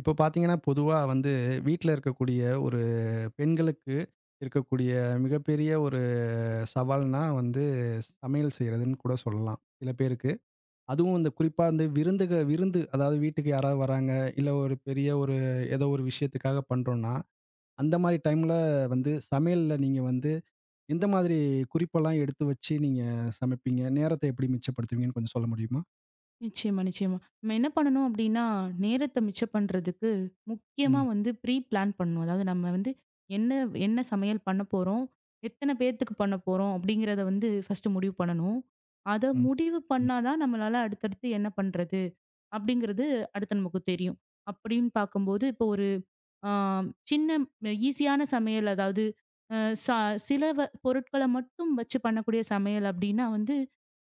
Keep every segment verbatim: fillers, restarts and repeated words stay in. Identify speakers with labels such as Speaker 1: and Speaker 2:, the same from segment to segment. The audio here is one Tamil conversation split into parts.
Speaker 1: இப்போ பார்த்தீங்கன்னா, பொதுவா வந்து வீட்ல இருக்கக்கூடிய ஒரு பெண்களுக்கு இருக்கக்கூடிய மிகப்பெரிய ஒரு சவால்னா வந்து சமையல் செய்றதுன்னு கூட சொல்லலாம். சில பேருக்கு. அதுவும் இந்த குறிப்பா வந்து விருந்துக விருந்து அதாவது வீட்டுக்கு யாராவது வராங்க, இல்ல ஒரு பெரிய ஒரு ஏதோ ஒரு விஷயத்துக்காக பண்றோம்னா, அந்த மாரி டைம்ல வந்து சமையல்ல நீங்க வந்து எந்த மாதிரி குறிப்பெல்லாம் எடுத்து வச்சு நீங்க சமைப்பீங்க? நேரத்த எப்படி மிச்சப்படுத்துவீங்கன்னு கொஞ்சம் சொல்ல முடியுமா?
Speaker 2: நிச்சயமா, நிச்சயமா. நம்ம என்ன பண்ணணும் அப்டின்னா, நேரத்த மிச்சம் பண்றதுக்கு முக்கியமா
Speaker 1: ம்,
Speaker 2: வந்து ப்ரீ பிளான் பண்ணணும். அதாவது நம்ம வந்து என்ன என்ன சமையல் பண்ண போறோம்? எத்தன பேத்துக்கு பண்ண போறோம்? அப்டிங்கிறத வந்து ஃபர்ஸ்ட்டு முடிவு பண்ணணும். அத
Speaker 1: ம்,
Speaker 2: முடிவு
Speaker 1: ம்,
Speaker 2: பண்ணா தான் நம்மளால அடுத்தடுத்து என்ன பண்றது? அப்டிங்கிறது அடுத்து நமக்கு தெரியும். அப்டின்னு பார்க்கும்போது இப்போ ஆம், சின்ன ஈஸியான சமையல் அதாவது அ ச சில வ பொருட்கள மட்டும் வச்சு பண்ணக்கூடிய சமையல் அப்படின்னா வந்து,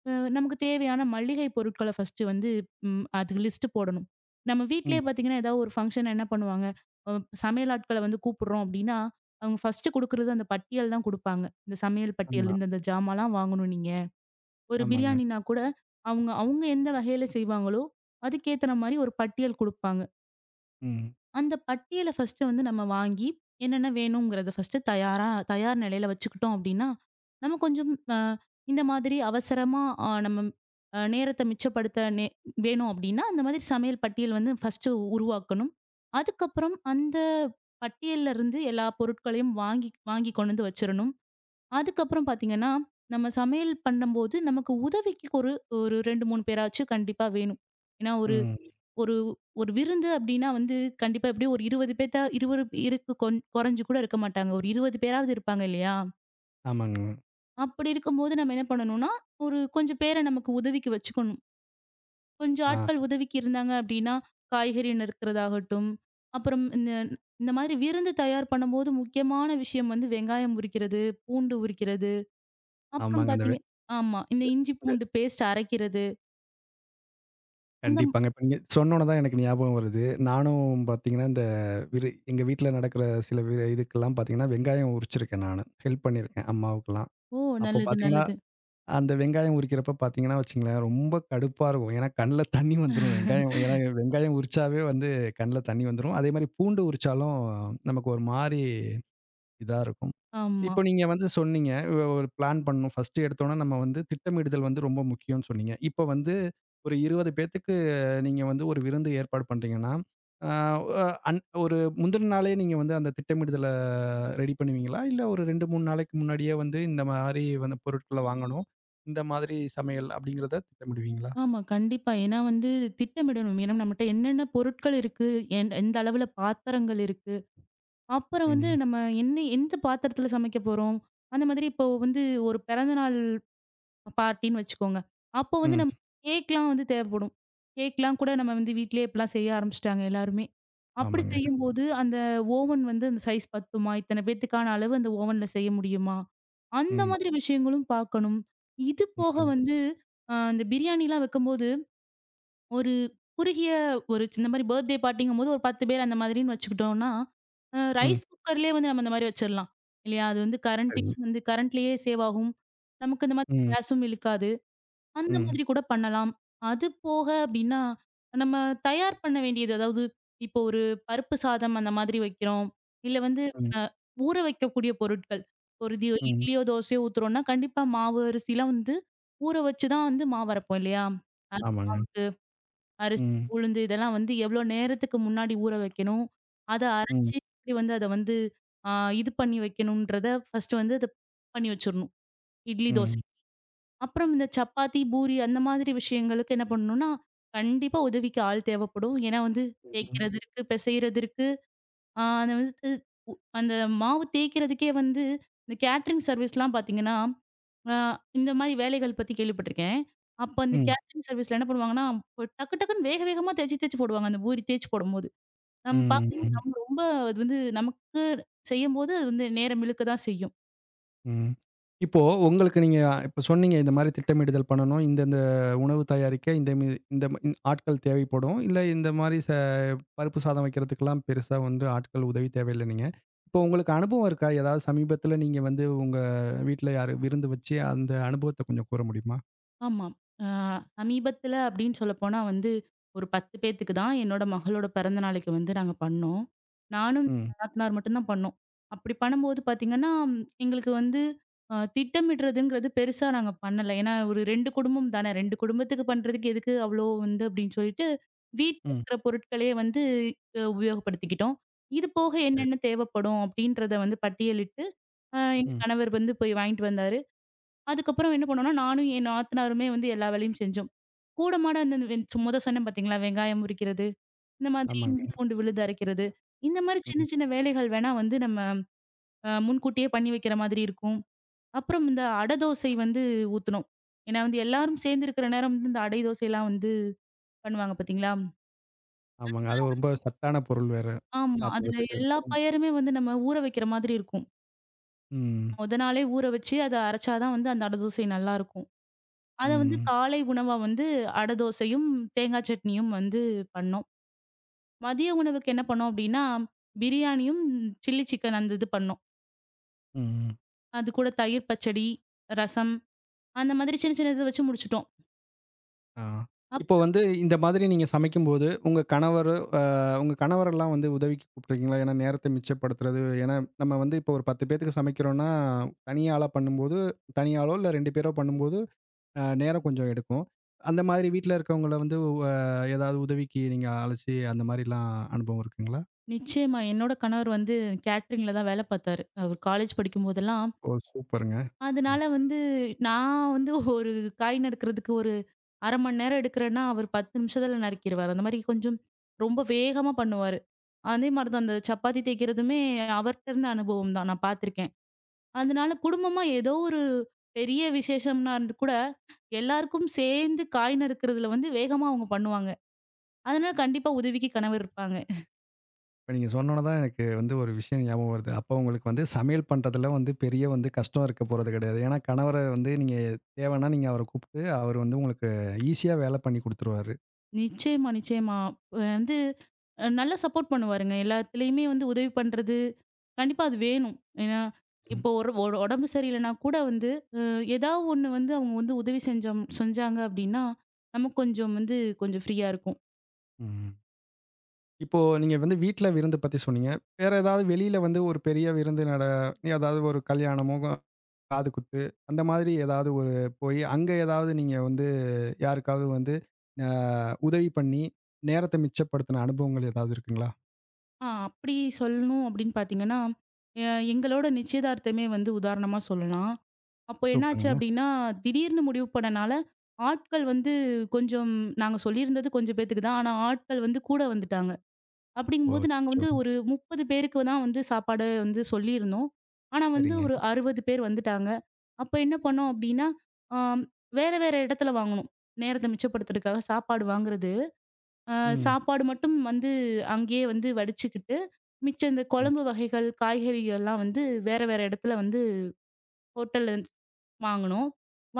Speaker 2: அ நமக்கு தேவையான மளிகை பொருட்கள ஃபர்ஸ்ட்டு வந்து ம் அதுக்கு லிஸ்ட் போடணும். நம்ம
Speaker 1: ம்.
Speaker 2: வீட்லயே பார்த்தீங்கன்னா, ஏதாவது ஒரு ஃபங்ஷன் என்ன பண்ணுவாங்க, அ சமையல் ஆட்கள வந்து கூப்பிடுறோம் அப்படின்னா, அவங்க ஃபர்ஸ்ட்டு குடுக்குறது அந்த பட்டியல் தான் குடுப்பாங்க. இந்த சமையல் பட்டியல்,
Speaker 1: ஆமா,
Speaker 2: இந்த இந்த ஜாமான்லாம் வாங்கணும் நீங்க. ஒரு
Speaker 1: ஆமாங்க.
Speaker 2: பிரியாணினா கூட அவங்க அவங்க எந்த வகையில செய்வாங்களோ, அதுக்கேத்தன மாரி ஒரு பட்டியல் குடுப்பாங்க.
Speaker 1: ம்,
Speaker 2: அந்த பட்டியல ஃபர்ஸ்ட்டு வந்து நம்ம வாங்கி, என்னென்ன வேணுங்கிறத ஃபர்ஸ்ட்டு தயாரா தயார் நிலையில வச்சுக்கிட்டோம் அப்டின்னா, நம்ம கொஞ்சம் அ இந்த மாதிரி அவசரமா அ நம்ம அ நேரத்த மிச்சப்படுத்த நே வேணும் அப்டின்னா, அந்த மாதிரி சமையல் பட்டியல் வந்து ஃபர்ஸ்ட்டு உருவாக்கணும். அதுக்கப்புறம் அந்த பட்டியல்ல இருந்து எல்லா பொருட்களையும் வாங்கி வாங்கி கொண்டு வந்து வச்சிரணும். அதுக்கப்புறம் பார்த்தீங்கன்னா, நம்ம சமையல் பண்ணும்போது நமக்கு உதவிக்கு ஒரு ஒரு ரெண்டு, மூணு பேராச்சும் கண்டிப்பா வேணும். ஏன்னா, ஒரு
Speaker 1: ம்.
Speaker 2: ஒரு ஒரு விருந்து அப்படின்னா வந்து கண்டிப்பா எப்படியும் ஒரு இருபது பேத்தா இருபது இருக்கு கொஞ் குறைஞ்சு கூட இருக்க மாட்டாங்க. ஒரு இருபது பேராவது இருப்பாங்க இல்லையா?
Speaker 1: ஆமாங்க.
Speaker 2: அப்படி இருக்கும்போது நம்ம என்ன பண்ணணும்னா, ஒரு கொஞ்சம் பேர நமக்கு உதவிக்கு வச்சுக்கணும். கொஞ்சம்
Speaker 1: ஆ.
Speaker 2: ஆட்கள் உதவிக்கு இருந்தாங்க அப்படின்னா, காய்கறி நறுக்கிறதாகட்டும், அப்புறம் இந்த இந்த மாதிரி விருந்து தயார் பண்ணும்போது முக்கியமான விஷயம் வந்து வெங்காயம் உரிக்கிறது, பூண்டு உரிக்கிறது, அப்புறம்
Speaker 1: ஆமாங்க. அந்த வே
Speaker 2: பார்த்தீங்க ஆமா. இந்த
Speaker 1: இந்த
Speaker 2: இஞ்சி
Speaker 1: இந்த
Speaker 2: பூண்டு பேஸ்ட் அரைக்கிறது. அந்த
Speaker 1: கண்டிப்பாங்க. இப்ப நீங்க சொன்னோன தான் எனக்கு ஞாபகம் வருது. நானும் பார்த்தீங்கன்னா, இந்த விரு எங்க வீட்ல நடக்கிற சில வி இதுக்கெல்லாம் பார்த்தீங்கன்னா, வெங்காயம் உரிச்சிருக்கேன் நானு. ஹெல்ப் பண்ணியிருக்கேன் அம்மாவுக்கெல்லாம்.
Speaker 2: ஓ!
Speaker 1: அப்போ
Speaker 2: நல்லது,
Speaker 1: பார்த்தீங்கன்னா,
Speaker 2: நல்லது.
Speaker 1: அந்த வெங்காயம் உரிக்கிறப்ப பார்த்தீங்கன்னா வச்சுக்கங்களேன், ரொம்ப கடுப்பா இருக்கும். ஏன்னா கண்ல தண்ணி வந்துரும். வெங்காயம் ஏன்னா வெங்காயம் உரிச்சாவே வந்து கண்ல தண்ணி வந்துரும். அதேமாரி பூண்டு உரிச்சாலும் நமக்கு ஒரு மாரி இதா இருக்கும்.
Speaker 2: ஆமா.
Speaker 1: இப்போ நீங்க வந்து சொன்னீங்க, ஒ ஒரு பிளான் பண்ணணும். ஃபர்ஸ்ட்டு எடுத்தோனே நம்ம வந்து திட்டமிடுதல் வந்து ரொம்ப முக்கியம்னு சொன்னீங்க. இப்போ வந்து ஒரு இருபது பேத்துக்கு நீங்க வந்து ஒரு விருந்து ஏற்பாடு பண்றீங்கன்னா, ஆ அ அன் ஒரு முந்தின நாளே நீங்க வந்து அந்த திட்டமிடுதல ரெடி பண்ணுவீங்களா? இல்ல ஒரு ரெண்டு, மூணு நாளைக்கு முன்னாடியே வந்து இந்த மாரி வந்து பொருட்கள வாங்கணும். இந்த மாதிரி சமையல் அப்படிங்கிறத திட்டமிடுவீங்களா?
Speaker 2: ஆமா. கண்டிப்பா. ஏன்னா வந்து திட்டமிடணும். ஏன்னா நம்மட்ட என்னென்ன பொருட்கள் இருக்கு, என் எந்த அளவுல பாத்திரங்கள் இருக்கு, அப்புறம் வந்து
Speaker 1: ம்.
Speaker 2: நம்ம என்ன எந்த பாத்திரத்துல சமைக்க போறோம். அந்த மாதிரி இப்போ வந்து ஒரு பிறந்தநாள் பார்ட்டின்னு வச்சுக்கோங்க. அப்போ வந்து
Speaker 1: ம்.
Speaker 2: நம்ம கேக்லாம் வந்து தேவைப்படும். கேக்லாம் கூட நம்ம வந்து வீட்லயே இப்பலாம் செய்ய ஆரம்பிச்சுட்டாங்க எல்லாருமே. அப்படி
Speaker 1: ஆமாங்க.
Speaker 2: செய்யும்போது அந்த ஓவன் வந்து அந்த சைஸ் பத்துமா? இத்தன பேத்துக்கான அளவு அந்த ஓவன்ல செய்ய முடியுமா? அந்த
Speaker 1: ம்.
Speaker 2: மாதிரி விஷயங்களும் பார்க்கணும். இது
Speaker 1: ம்.
Speaker 2: போக
Speaker 1: ம்.
Speaker 2: வந்து அ இந்த பிரியாணிலாம் வைக்கும்போது ஒரு குறுகிய ஒரு இந்த மாரி பர்த்டே பார்ட்டிங்கும்போது ஒரு பத்து பேர் அந்த மாதிரின்னு வச்சுக்கிட்டோம்னா, அ
Speaker 1: ம்.
Speaker 2: ரைஸ் குக்கர்லேயே வந்து நம்ம இந்த மாரி வச்சிரலாம். இல்லையா? அது வந்து
Speaker 1: சரிங்க.
Speaker 2: கரண்ட்டயும் வந்து கரண்ட்லேயே சேவ் ஆகும். நமக்கு இந்த மாதிரி
Speaker 1: ம்.
Speaker 2: கேஸும் இழுக்காது. அந்த
Speaker 1: ம்.
Speaker 2: மாதிரி கூட பண்ணலாம். அது போக அப்படின்னா, நம்ம தயார் பண்ண வேண்டியது அதாவது இப்போ ஒரு பருப்பு சாதம் அந்த மாதிரி வைக்கிறோம். இல்ல வந்து
Speaker 1: ம்.
Speaker 2: அ ஊற வைக்கக்கூடிய பொருட்கள். ஒரு தி
Speaker 1: ம்.
Speaker 2: இட்லியோ, தோசையோ ஊத்துறோம்னா, கண்டிப்பா மாவு, அரிசிலாம் வந்து ஊற வச்சு தான் வந்து மாவு அரைப்போம் இல்லையா?
Speaker 1: ஆமாங்க.
Speaker 2: அரிசி,
Speaker 1: ம்.
Speaker 2: உளுந்து இதெல்லாம் வந்து எவ்வளோ நேரத்துக்கு முன்னாடி ஊற வைக்கணும். அத
Speaker 1: ம்.
Speaker 2: அரைச்சு எப்படி வந்து அத வந்து ஆ இது பண்ணி வைக்கணும்ன்றத ஃபர்ஸ்ட்டு வந்து அத பண்ணி வச்சுரணும். இட்லி, தோசை.
Speaker 1: ம்.
Speaker 2: அப்புறம் இந்த சப்பாத்தி, பூரி அந்த மாதிரி விஷயங்களுக்கு என்ன பண்ணணும்னா, கண்டிப்பா உதவிக்கு ஆள் தேவைப்படும். ஏன்னா வந்து
Speaker 1: ம்.
Speaker 2: தேய்க்கிறது இருக்கு, பிசைறது இருக்கு. ஆ அந்த வந்து அந்த மாவு தேய்க்கிறதுக்கே வந்து இந்த கேட்டரிங் சர்வீஸ்லாம் பார்த்தீங்கன்னா ஆ இந்த மாரி வேலைகள் பத்தி கேள்விப்பட்டுருக்கேன். அப்ப அந்த
Speaker 1: ம்.
Speaker 2: கேட்டரிங் சர்விஸ்ல என்ன பண்ணுவாங்கன்னா, இப்ப டக்கு டக்குன்னு வேக வேகமா தேச்சு தேச்சு போடுவாங்க. அந்த பூரி தேச்சு போடும்போது. நம்ம பார்க்கும்போது
Speaker 1: ம்.
Speaker 2: நம்ம ரொம்ப அது வந்து நமக்கு செய்யும்போது அது வந்து நேரம் இழுக்க தான் செய்யும்.
Speaker 1: ம். இப்போ உங்களுக்கு நீங்க இப்ப சொன்னீங்க, இந்த மாரி திட்டமிடுதல் பண்ணணும். இந்தந்த உணவு தயாரிக்க இந்த மி இந்த ம இந் ஆட்கள் தேவைப்படும். இல்ல இந்த மாரி ச பருப்பு சாதம் வைக்கிறதுக்கெல்லாம் பெருசா வந்து ஆட்கள் உதவி தேவையில்லன்னீங்க. இப்போ உங்களுக்கு அனுபவம் இருக்கா? ஏதாவது சமீபத்தில நீங்க வந்து உங்க வீட்ல யாரு விருந்து வச்சு அந்த அனுபவத்த கொஞ்சம் கூற முடியுமா?
Speaker 2: ஆமா. அ சமீபத்தில அப்படின்னு சொல்லப்போனா வந்து, ஒரு பத்து பேத்துக்கு தான் என்னோட மகளோட பிறந்த நாளைக்கு வந்து நாங்க பண்ணோம். நானும்
Speaker 1: ம்.
Speaker 2: நாத்தனார் மட்டும் தான் பண்ணோம். அப்படி பண்ணும்போது பார்த்தீங்கன்னா, எங்களுக்கு வந்து அ திட்டமிடுறதுங்கிறது பெருசா நாங்க பண்ணல. ஏன்னா ஒரு ரெண்டு குடும்பம் தானே, ரெண்டு குடும்பத்துக்கு பண்றதுக்கு எதுக்கு அவ்வளோ வந்து அப்படின்னு சொல்லிட்டு, வீட்ல
Speaker 1: ம்.
Speaker 2: இருக்கிற பொருட்களையே வந்து அ உபயோகப்படுத்திக்கிட்டோம். இது போக
Speaker 1: சரி.
Speaker 2: என்னென்ன தேவைப்படும் அப்படின்றத வந்து பட்டியலிட்டு, அ எங்க
Speaker 1: ம்.
Speaker 2: கணவர் வந்து போய் வாங்கிட்டு வந்தாரு. அதுக்கப்புறம் என்ன பண்ணோம்னா, நானும் என் நாத்தனாருமே வந்து எல்லா வேலையும் செஞ்சோம். கூட மாட அந்த இந்த வென் மொத சொன்னேன் பார்த்தீங்களா? வெங்காயம் உரிக்கிறது, இந்த மாதிரி இஞ்சி,
Speaker 1: ஆமாங்க.
Speaker 2: பூண்டு விழுது அரைக்கிறது. இந்த மாரி சின்ன
Speaker 1: ம்.
Speaker 2: சின்ன வேலைகள் வேணா வந்து நம்ம அ முன்கூட்டியே பண்ணி வைக்கிற மாதிரி இருக்கும். அப்புறம் இந்த அடை தோசை வந்து ஊத்துனோம். ஏன்னா வந்து எல்லாரும் சேர்ந்து இருக்கிற நேரம் வந்து இந்த அடை தோசைலாம் வந்து பண்ணுவாங்க பார்த்தீங்களா?
Speaker 1: ஆமாங்க. அதுவும் ரொம்ப சத்தான பொருள் வேற
Speaker 2: ஆமா. அதுல
Speaker 1: சாப்பிடுறதுக்கு.
Speaker 2: எல்லா
Speaker 1: ம்.
Speaker 2: பயருமே வந்து நம்ம ஊற வைக்கிற மாதிரி இருக்கும்.
Speaker 1: ம்.
Speaker 2: மொத நாளே ஊற வச்சு அத அரைச்சா தான் வந்து அந்த அடை தோசை நல்லாருக்கும். அத வந்து
Speaker 1: ம்.
Speaker 2: காலை உணவா வந்து அடை தோசையும், தேங்காய் சட்னியும் வந்து பண்ணோம். மதிய உணவுக்கு என்ன பண்ணோம் அப்டின்னா, பிரியாணியும், சில்லி சிக்கன் அந்த இது பண்ணோம்.
Speaker 1: ம்.
Speaker 2: அது கூட தயிர் பச்சடி, ரசம் அந்த மாதிரி சின்ன சின்ன இத வச்சு முடிச்சுட்டோம்.
Speaker 1: ஆ.
Speaker 2: அப்
Speaker 1: இப்போ வந்து இந்த மாதிரி நீங்க சமைக்கும்போது, உங்க கணவர் அ உங்க கணவரெல்லாம் வந்து உதவிக்கு கூப்பிட்டுருக்கீங்களா? ஏன்னா நேரத்த மிச்சப்படுத்துறது. ஏன்னா நம்ம வந்து இப்போ ஒரு பத்து பேத்துக்கு சமைக்கிறோம்னா, தனி ஆளா பண்ணும்போது, தனி ஆளோ இல்ல ரெண்டு பேரோ பண்ணும்போது அ நேரம் கொஞ்சம் எடுக்கும். அந்த மாதிரி வீட்ல இருக்கவங்கள வந்து அ ஏதாவது உதவிக்கு நீங்க அழைச்சு அந்த மாரிலாம் அனுபவம் இருக்குங்களா?
Speaker 2: நிச்சயமா என்னோட கணவர் வந்து கேட்டரிங்ல தான் வேல பார்த்தாரு. அவர் காலேஜ் படிக்கும்போதெல்லாம்.
Speaker 1: ஓ! சூப்பருங்க. ம்.
Speaker 2: அதனால வந்து நான் வந்து ஒரு காய் நறுக்கிறதுக்கு ஒரு அரை மணி நேரம் எடுக்கிறேன்னா, அவர் பத்து நிமிஷத்துல நறுக்கிருவாரு. அந்த மாரி கொஞ்சம் ரொம்ப வேகமா பண்ணுவாரு. அதே மாரி தான் அந்த சப்பாத்தி தேய்க்கிறதுமே அவர்ட்ட இருந்த அனுபவம் தான். நான் பார்த்துருக்கேன். அதனால குடும்பமா ஏதோ ஒரு பெரிய விசேஷம்னா இருந்து கூட எல்லாருக்கும் சேர்ந்து காய் நறுக்கிறதுல வந்து வேகமா அவங்க பண்ணுவாங்க. அதனால கண்டிப்பா உதவிக்கு கணவர் இருப்பாங்க.
Speaker 1: இப்ப நீங்க சொன்னோன தான் எனக்கு வந்து ஒரு விஷயம் ஞாபகம் வருது. அப்போ உங்களுக்கு வந்து சமையல் பண்றதுல வந்து பெரிய வந்து கஷ்டம் இருக்க போறது கிடையாது. ஏன்னா கணவர வந்து நீங்க தேவைன்னா நீங்க அவர கூப்பிட்டு, அவரு வந்து உங்களுக்கு ஈஸியா வேலை பண்ணி குடுத்துருவாரு.
Speaker 2: நிச்சயமா, நிச்சயமா. அஹ் வந்து அ நல்லா சப்போர்ட் பண்ணுவாருங்க. எல்லாத்துலயுமே வந்து உதவி பண்றது, கண்டிப்பா அது வேணும். ஏன்னா
Speaker 1: ம்.
Speaker 2: இப்போ ஒரு ஒரு உடம்பு சரியில்லனா கூட வந்து ஏதாவது ஒண்ணு வந்து அவங்க வந்து உதவி செஞ்சோம் செஞ்சாங்க அப்படின்னா, நமக்கு கொஞ்சம் வந்து கொஞ்சம் ஃப்ரீயா இருக்கும்.
Speaker 1: ம். இப்போ நீங்க வந்து வீட்ல விருந்து பத்தி சொன்னீங்க. வேற ஏதாவது வெளியில வந்து ஒரு பெரிய விருந்து நட ஏதாவது ஒரு கல்யாணமோ, காது குத்து அந்த மாதிரி ஏதாவது ஒரு போய் அங்க ஏதாவது நீங்க வந்து யாருக்காவது வந்து அ உதவி பண்ணி நேரத்த மிச்சப்படுத்தின அனுபவங்கள் ஏதாவது இருக்குங்களா?
Speaker 2: ஆ அப்படி சொல்லணும் அப்படின்னு பார்த்தீங்கன்னா, அ எங்களோட நிச்சயதார்த்தமே வந்து உதாரணமா சொல்லலாம். அப்போ என்னாச்சு
Speaker 1: சூப்பருங்க.
Speaker 2: அப்படின்னா, திடீர்னு முடிவு பண்ணனால, ஆட்கள் வந்து கொஞ்சம் நாங்க சொல்லியிருந்தது கொஞ்சம் பேத்துக்கு தான். ஆனா ஆட்கள் வந்து கூட வந்துட்டாங்க.
Speaker 1: ஓ!
Speaker 2: அப்படிங்கும்போது நாங்க
Speaker 1: அச்சச்சோ!
Speaker 2: வந்து ஒரு முப்பது பேருக்கு தான் வந்து சாப்பாடு வந்து சொல்லியிருந்தோம். ஆனா வந்து
Speaker 1: சரிங்க.
Speaker 2: ஒரு அறுபது பேர் வந்துட்டாங்க. அப்ப என்ன பண்ணோம் அப்படின்னா, ஆம், வேற வேற இடத்துல வாங்குனோம். நேரத்த மிச்சப்படுத்துறதுக்காக சாப்பாடு வாங்குறது. அ
Speaker 1: ம்.
Speaker 2: சாப்பாடு மட்டும் வந்து அங்கேயே வந்து வடிச்சுக்கிட்டு, மிச்சம் இந்த
Speaker 1: ம்,
Speaker 2: குழம்பு வகைகள், காய்கறிகள் எல்லாம் வந்து வேற வேற இடத்துல வந்து ஹோட்டல்ல ஸ் வாங்குனோம்.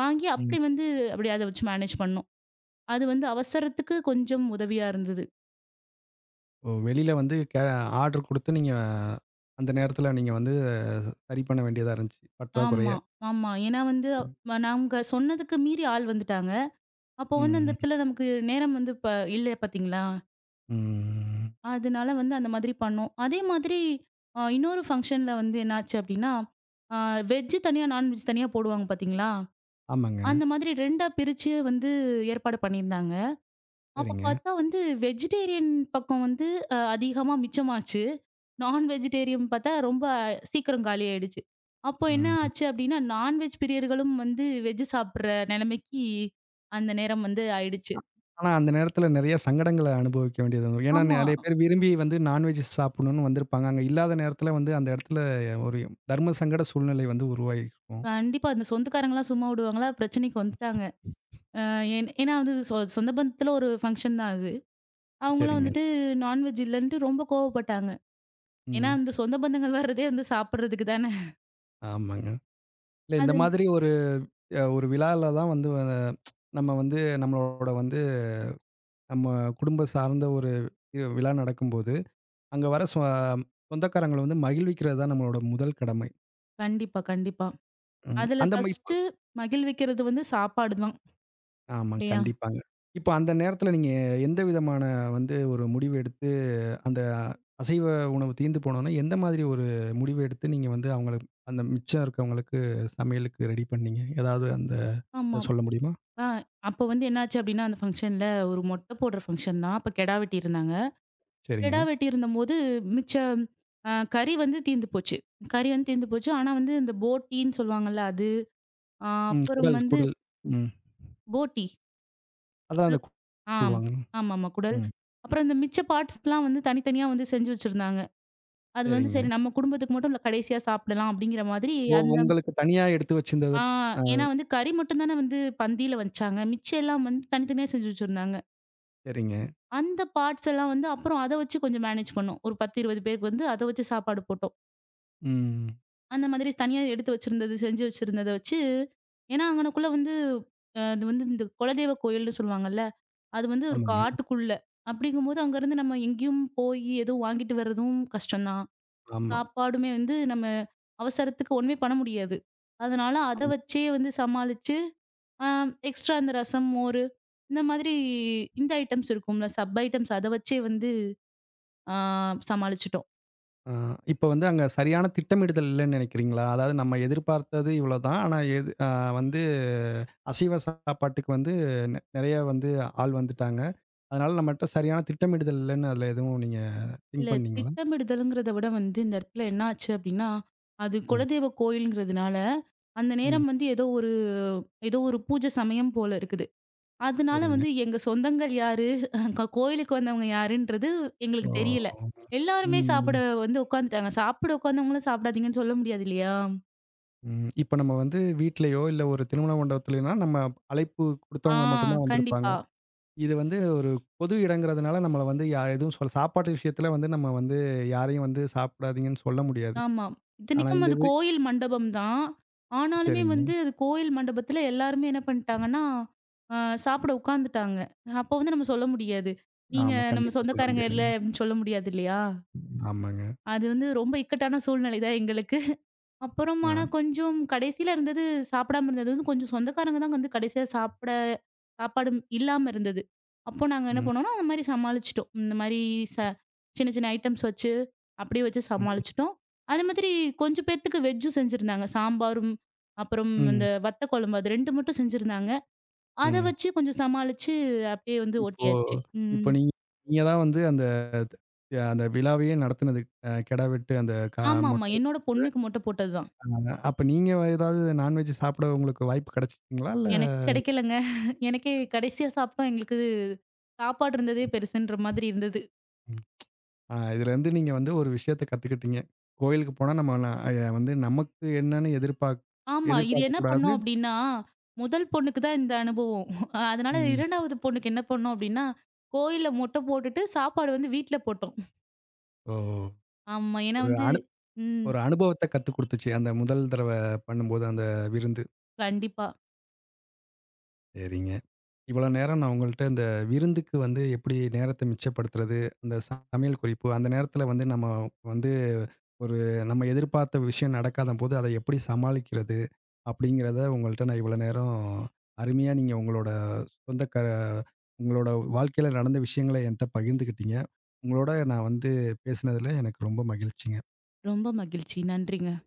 Speaker 2: வாங்கி
Speaker 1: ம்.
Speaker 2: அப்படி வந்து அப்படியே அத வச்சு மேனேஜ் பண்ணோம். அது வந்து அவசரத்துக்கு கொஞ்சம் உதவியா இருந்தது.
Speaker 1: ஓ! வெளியில வந்து கே ஆர்டர் குடுத்து நீங்க அந்த நேரத்துல நீங்க வந்து சரி பண்ண வேண்டியதா இருந்துச்சு, பற்றாக்குறைய.
Speaker 2: ஆமா, ஆமா. ஏன்னா வந்து வ நாங்க சொன்னதுக்கு மீறி ஆள் வந்துட்டாங்க. அப்போ வந்து அந்த
Speaker 1: ம்,
Speaker 2: இடத்துல நமக்கு நேரம் வந்து இப்ப இல்ல பார்த்தீங்களா?
Speaker 1: ம், ம்.
Speaker 2: அதனால வந்து அந்த மாதிரி பண்ணோம். அதே மாதிரி அ இன்னொரு ஃபங்ஷன்ல வந்து என்னாச்சு அப்டின்னா, அ வெஜ் தனியா, நான்வெஜ் தனியா போடுவாங்க பார்த்தீங்களா?
Speaker 1: ஆமாங்க.
Speaker 2: அந்த மாதிரி ரெண்டா பிரிச்சு வந்து ஏற்பாடு பண்ணியிருந்தாங்க. அப்ப
Speaker 1: சரிங்க.
Speaker 2: பார்த்தா வந்து வெஜிடேரியன் பக்கம் வந்து அ அதிகமா மிச்சமாச்சு. நான் வெஜிடேரியன் பார்த்தா ரொம்ப சீக்கிரம் காலி ஆயிடுச்சு. அப்போ என்ன
Speaker 1: ம்.
Speaker 2: ஆச்சு அப்டின்னா, நான்வெஜ் பிரியர்களும் வந்து வெஜ் சாப்பிடுற நிலைமைக்கு அந்த நேரம் வந்து ஆயிடுச்சு.
Speaker 1: ஆனா அந்த நேரத்துல நெறைய சங்கடங்கள அனுபவிக்க வேண்டியது வரும். ஏன்னா
Speaker 2: ஆமா.
Speaker 1: நெறைய பேர் விரும்பி வந்து நான்வெஜ் சாப்பிடணும்னு வந்திருப்பாங்க. அங்க இல்லாத நேரத்துல வந்து அந்த இடத்துல ஒரு தர்ம சங்கட சூழ்நிலை வந்து உருவாகியிருக்கும்.
Speaker 2: கண்டிப்பா. அந்த சொந்தக்காரங்கலாம் சும்மா விடுவாங்களா? பிரச்சனைக்கு வந்துட்டாங்க. அ ஏன் ஏன்னா வந்து சொ சொந்த பந்தத்துல ஒரு ஃபங்ஷன் தான் அது. அவங்கலாம்
Speaker 1: சரிங்க.
Speaker 2: வந்துட்டு நான்வெஜ் இல்லன்ட்டு ரொம்ப கோவப்பட்டாங்க. ஏன்னா,
Speaker 1: ம்.
Speaker 2: அந்த சொந்த பந்தங்கள் வர்றதே வந்து சாப்பிடுறதுக்கு தானே.
Speaker 1: ஆமாங்க. இல்ல இந்த
Speaker 2: அது
Speaker 1: மாதிரி ஒரு அ ஒரு விழால தான் வந்து நம்ம வந்து நம்மளோட வந்து நம்ம குடும்பம் சார்ந்த ஒரு வி விழா நடக்கும்போது, அங்க வர சொ சொந்தக்காரங்கள வந்து மகிழ்விக்கிறது தான் நம்மளோட முதல் கடமை.
Speaker 2: கண்டிப்பா, கண்டிப்பா.
Speaker 1: ம்.
Speaker 2: அதுல
Speaker 1: அந்த மாரி இப்போ
Speaker 2: ஃபர்ஸ்ட்டு மகிழ்விக்கிறது வந்து சாப்பாடு தான்
Speaker 1: ஆமா,
Speaker 2: இல்லையா?
Speaker 1: கண்டிப்பாங்க. இப்போ அந்த நேரத்தில நீங்க எந்த விதமான வந்து ஒரு முடிவு எடுத்து, அந்த அசைவ உணவு தீர்ந்து போனோனே, எந்த மாதிரி ஒரு முடிவு எடுத்து நீங்க வந்து அவங்களுக்கு அந்த மிச்சம் இருக்கவங்களுக்கு சமையலுக்கு ரெடி பண்ணீங்க? ஏதாவது அந்த
Speaker 2: ஆமா.
Speaker 1: இத சொல்ல முடியுமா?
Speaker 2: ஆ அப்போ வந்து என்னாச்சு அப்டின்னா, அந்த ஃபங்ஷன்ல ஒரு மொட்டை போடுற ஃபங்ஷன் தான். அப்ப கெடா வெட்டியிருந்தாங்க.
Speaker 1: சரிங்க.
Speaker 2: கெடா வெட்டியிருந்தம்போது மிச்ச அ கறி வந்து தீர்ந்து போச்சு. கறி வந்து தீர்ந்து போச்சு. ஆனா வந்து இந்த போட்டின்னு சொல்லுவாங்கல்ல அது, அ
Speaker 1: ம்.
Speaker 2: அப்புறம்
Speaker 1: குடல்,
Speaker 2: வந்து
Speaker 1: குடல். ம்.
Speaker 2: போட்டி.
Speaker 1: அதான் அந்த கு-
Speaker 2: ஆம்.
Speaker 1: சொல்லுவாங்க.
Speaker 2: ஆமாமா குடல்.
Speaker 1: ம்.
Speaker 2: அப்புறம் இந்த மிச்ச பார்ட்ஸ்லாம் வந்து தனித்தனியா வந்து செஞ்சு வச்சிருந்தாங்க. அது வந்து
Speaker 1: சரிங்க.
Speaker 2: சரி நம்ம குடும்பத்துக்கு மட்டும் இல்ல, கடைசியா சாப்பிடலாம் அப்டிங்கிற மாதிரி
Speaker 1: ஓ!
Speaker 2: அந்த
Speaker 1: உங்களுக்கு தனியா எடுத்து வச்சிருந்தத
Speaker 2: ஆ,
Speaker 1: அ
Speaker 2: ஏன்னா வந்து கறி மட்டும் தானே வந்து பந்தியில வச்சாங்க. மிச்சம் எல்லாம் வந்து தனித்தனியா செஞ்சு வச்சிருந்தாங்க.
Speaker 1: சரிங்க.
Speaker 2: அந்த பார்ட்ஸ் எல்லாம் வந்து அப்புறம் அத வச்சு கொஞ்சம் மேனேஜ் பண்ணோம். ஒரு பத்து, இருபது பேருக்கு வந்து அத வச்சு சாப்பாடு போட்டோம்.
Speaker 1: ம்.
Speaker 2: அந்த மாதிரி தனியா எடுத்து வச்சிருந்தது, செஞ்சு வச்சிருந்தத வச்சு ஏன்னா அங்கனக்குள்ள வந்து அ அது வந்து இந்த குலதெய்வ கோயில்னு சொல்லுவாங்கல்ல. அது வந்து ஒரு
Speaker 1: ஆமாங்க.
Speaker 2: காட்டுக்குள்ள. அப்படிங்கும்போது அங்கருந்து நம்ம எங்கேயும் போய் எதுவும் வாங்கிட்டு வர்றதும் கஷ்டம் தான்.
Speaker 1: ஆமா,
Speaker 2: சாப்பாடுமே வந்து நம்ம அவசரத்துக்கு ஒண்ணுமே பண்ண முடியாது. அதனால அத
Speaker 1: ஆமா.
Speaker 2: வச்சே வந்து சமாளிச்சு ஆம், எக்ஸ்ட்ரா அந்த ரசம், மோரு இந்த மாதிரி இந்த ஐட்டம்ஸ் இருக்கும்ல, சப் ஐட்டம்ஸ் அத வச்சே வந்து ஆ சமாளிச்சுட்டோம்.
Speaker 1: ஆ இப்ப வந்து அங்க சரியான திட்டமிடுதல் இல்லன்னு நினைக்கிறீங்களா? அதாவது நம்ம எதிர்பார்த்தது இவ்வளோதான். ஆனா எது அ வந்து அசைவ சாப்பாட்டுக்கு வந்து நெ நெறைய வந்து ஆள் வந்துட்டாங்க. அதனால நம்மட்ட சரியான திட்டமிடுதல் இல்லன்னு அதுல எதுவும் நீங்க
Speaker 2: இல்ல
Speaker 1: திங்க் பண்ணீங்களா?
Speaker 2: திட்டமிடுதல்ங்கிறத விட வந்து இந்த இடத்துல என்ன ஆச்சு அப்டின்னா, அது
Speaker 1: ம்.
Speaker 2: குலதெய்வ கோயில்ங்கிறதுனால, அந்த
Speaker 1: ம்.
Speaker 2: நேரம் வந்து ஏதோ ஒரு ஏதோ ஒரு பூஜை சமயம் போல இருக்குது. அதனால
Speaker 1: சரிங்க.
Speaker 2: வந்து எங்க சொந்தங்கள் யாரு? க கோயிலுக்கு வந்தவங்க யாருன்றது எங்களுக்கு
Speaker 1: ஓ!
Speaker 2: தெரியல. எல்லாருமே சாப்பிட
Speaker 1: ம்.
Speaker 2: வந்து உட்காந்துட்டாங்க. சாப்பிட உட்காந்தவங்களும் சாப்பிடாதீங்கன்னு சொல்ல முடியாது இல்லையா?
Speaker 1: ம். இப்ப நம்ம வந்து வீட்லயோ, இல்ல ஒரு திருமண மண்டபத்துலனா நம்ம அழைப்பு
Speaker 2: ஆ,
Speaker 1: குடுத்தவங்க மட்டும் தான் வந்திருப்பாங்க.
Speaker 2: கண்டிப்பா.
Speaker 1: இது வந்து ஒரு பொது இடங்கிறதுனால நம்மள வந்து யா எதுவும் சொல்ல சாப்பாட்டு விஷயத்துல வந்து நம்ம வந்து யாரையும் வந்து சாப்பிடாதீங்கன்னு சொல்ல முடியாது.
Speaker 2: ஆமா.
Speaker 1: ஆனா
Speaker 2: இத்தனைக்கும்
Speaker 1: இந்த
Speaker 2: அது
Speaker 1: இது
Speaker 2: கோயில் மண்டபம் தான். ஆனாலுமே
Speaker 1: சரிங்க.
Speaker 2: வந்து அது கோயில் மண்டபத்துல எல்லாருமே என்ன பண்ணிட்டாங்கன்னா, அ சாப்பிட உட்காந்துட்டாங்க. அப்ப வந்து நம்ம சொல்ல முடியாது. நீங்க
Speaker 1: ஆமா.
Speaker 2: நம்ம
Speaker 1: கண்டிப்பா சொல்ல
Speaker 2: சொந்தக்காரங்க இல்ல
Speaker 1: முடியாதுங்க.
Speaker 2: அப்படின்னு சொல்ல முடியாது இல்லையா?
Speaker 1: ஆமாங்க.
Speaker 2: அது வந்து ரொம்ப இக்கட்டான சூழ்நிலை தான் எங்களுக்கு. அப்புறம்
Speaker 1: ஆ.
Speaker 2: ஆனா கொஞ்சம் கடைசியில இருந்தது சாப்பிடாம இருந்தது வந்து கொஞ்சம் சொந்தக்காரங்க தான் வந்து கடைசியா சாப்பிட சாப்பாடு இல்லாம இருந்தது. அப்போ நாங்க என்ன
Speaker 1: ம்.
Speaker 2: பண்ணோம்னா, அந்த மாரி சமாளிச்சுட்டோம். இந்த மாரி ச சின்ன சின்ன ஐட்டம்ஸ் வச்சு, அப்படியே வச்சு
Speaker 1: ம்.
Speaker 2: சமாளிச்சுட்டோம். அதே மாதிரி கொஞ்சம் பேத்துக்கு வெஜ்ஜும் செஞ்சிருந்தாங்க. சாம்பாரும், அப்புறம் இந்த
Speaker 1: ம்.
Speaker 2: வத்த குழம்பு அது ரெண்டு மட்டும் செஞ்சிருந்தாங்க. அத
Speaker 1: ம்.
Speaker 2: வச்சு கொஞ்சம் சமாளிச்சு அப்படியே வந்து
Speaker 1: இப்போ
Speaker 2: ஓட்டியாச்சு.
Speaker 1: இப்போ
Speaker 2: ம்.
Speaker 1: நீங்க நீங்க தான் வந்து அந்த அந்த விழாவையே நடத்துனது. அ கிடா வெட்டு அந்த க
Speaker 2: ஆமாமா.
Speaker 1: மொட்டை
Speaker 2: என்னோட
Speaker 1: அடிக்கிறது.
Speaker 2: பொண்ணுக்கு மட்டும் போட்டது தான்.
Speaker 1: அப்ப நீங்க ஏதாவது நான்வெஜ் சாப்பிட உங்களுக்கு வாய்ப்பு கிடைச்சுச்சுங்களா? இல்ல
Speaker 2: எனக்கு கிடைக்கலங்க. எனக்கே கடைசியா சாப்பிட்டோம் எங்களுக்கு சாப்பாடு இருந்ததே பெருசுன்ற மாதிரி இருந்தது.
Speaker 1: ஆ இதுலேருந்து நீங்க வந்து ஒரு விஷயத்த கத்துக்கிட்டீங்க. கோயிலுக்கு போனா நம்ம ந அ வந்து நமக்கு என்னன்னு எதிர்பார்க்
Speaker 2: ஆமா. இது என்ன
Speaker 1: எதிர்பார்க்கக்கூடாது.
Speaker 2: பண்ணோம் அப்டின்னா, முதல் பொண்ணுக்கு தான் இந்த அனுபவம். அதனால
Speaker 1: ம்.
Speaker 2: இரண்டாவது பொண்ணுக்கு என்ன பண்ணோம் அப்டின்னா, கோயில்ல மொட்ட போட்டுட்டு சாப்பாடு வந்து வீட்ல போட்டோம்.
Speaker 1: ஓ!
Speaker 2: ஆமா. ஏன்னா
Speaker 1: ஒரு
Speaker 2: வந்து
Speaker 1: அனு
Speaker 2: ம்.
Speaker 1: ஒரு அனுபவத்த கத்துக் குடுத்துச்சு. அந்த முதல் தடவ பண்ணும்போது அந்த விருந்து.
Speaker 2: கண்டிப்பா.
Speaker 1: சரிங்க. இவ்வளோ நேரம் நான் உங்கள்ட்ட இந்த விருந்துக்கு வந்து எப்படி நேரத்த மிச்சப்படுத்துறது, அந்த சமையல் குறிப்பு, அந்த நேரத்தில வந்து நம்ம வந்து ஒரு நம்ம எதிர்பார்த்த விஷயம் நடக்காதபோது அத எப்படி சமாளிக்கிறது? அப்படிங்கிறத உங்கள்ட்ட நான் இவ்வளோ நேரம் அருமையா நீங்க உங்களோட சொந்த க உங்களோட வாழ்க்கையில நடந்த விஷயங்கள என்ட்ட பகிர்ந்துக்கிட்டீங்க. உங்களோட நான் வந்து பேசினதில எனக்கு ரொம்ப மகிழ்ச்சிங்க.
Speaker 2: ரொம்ப மகிழ்ச்சி. நன்றிங்க.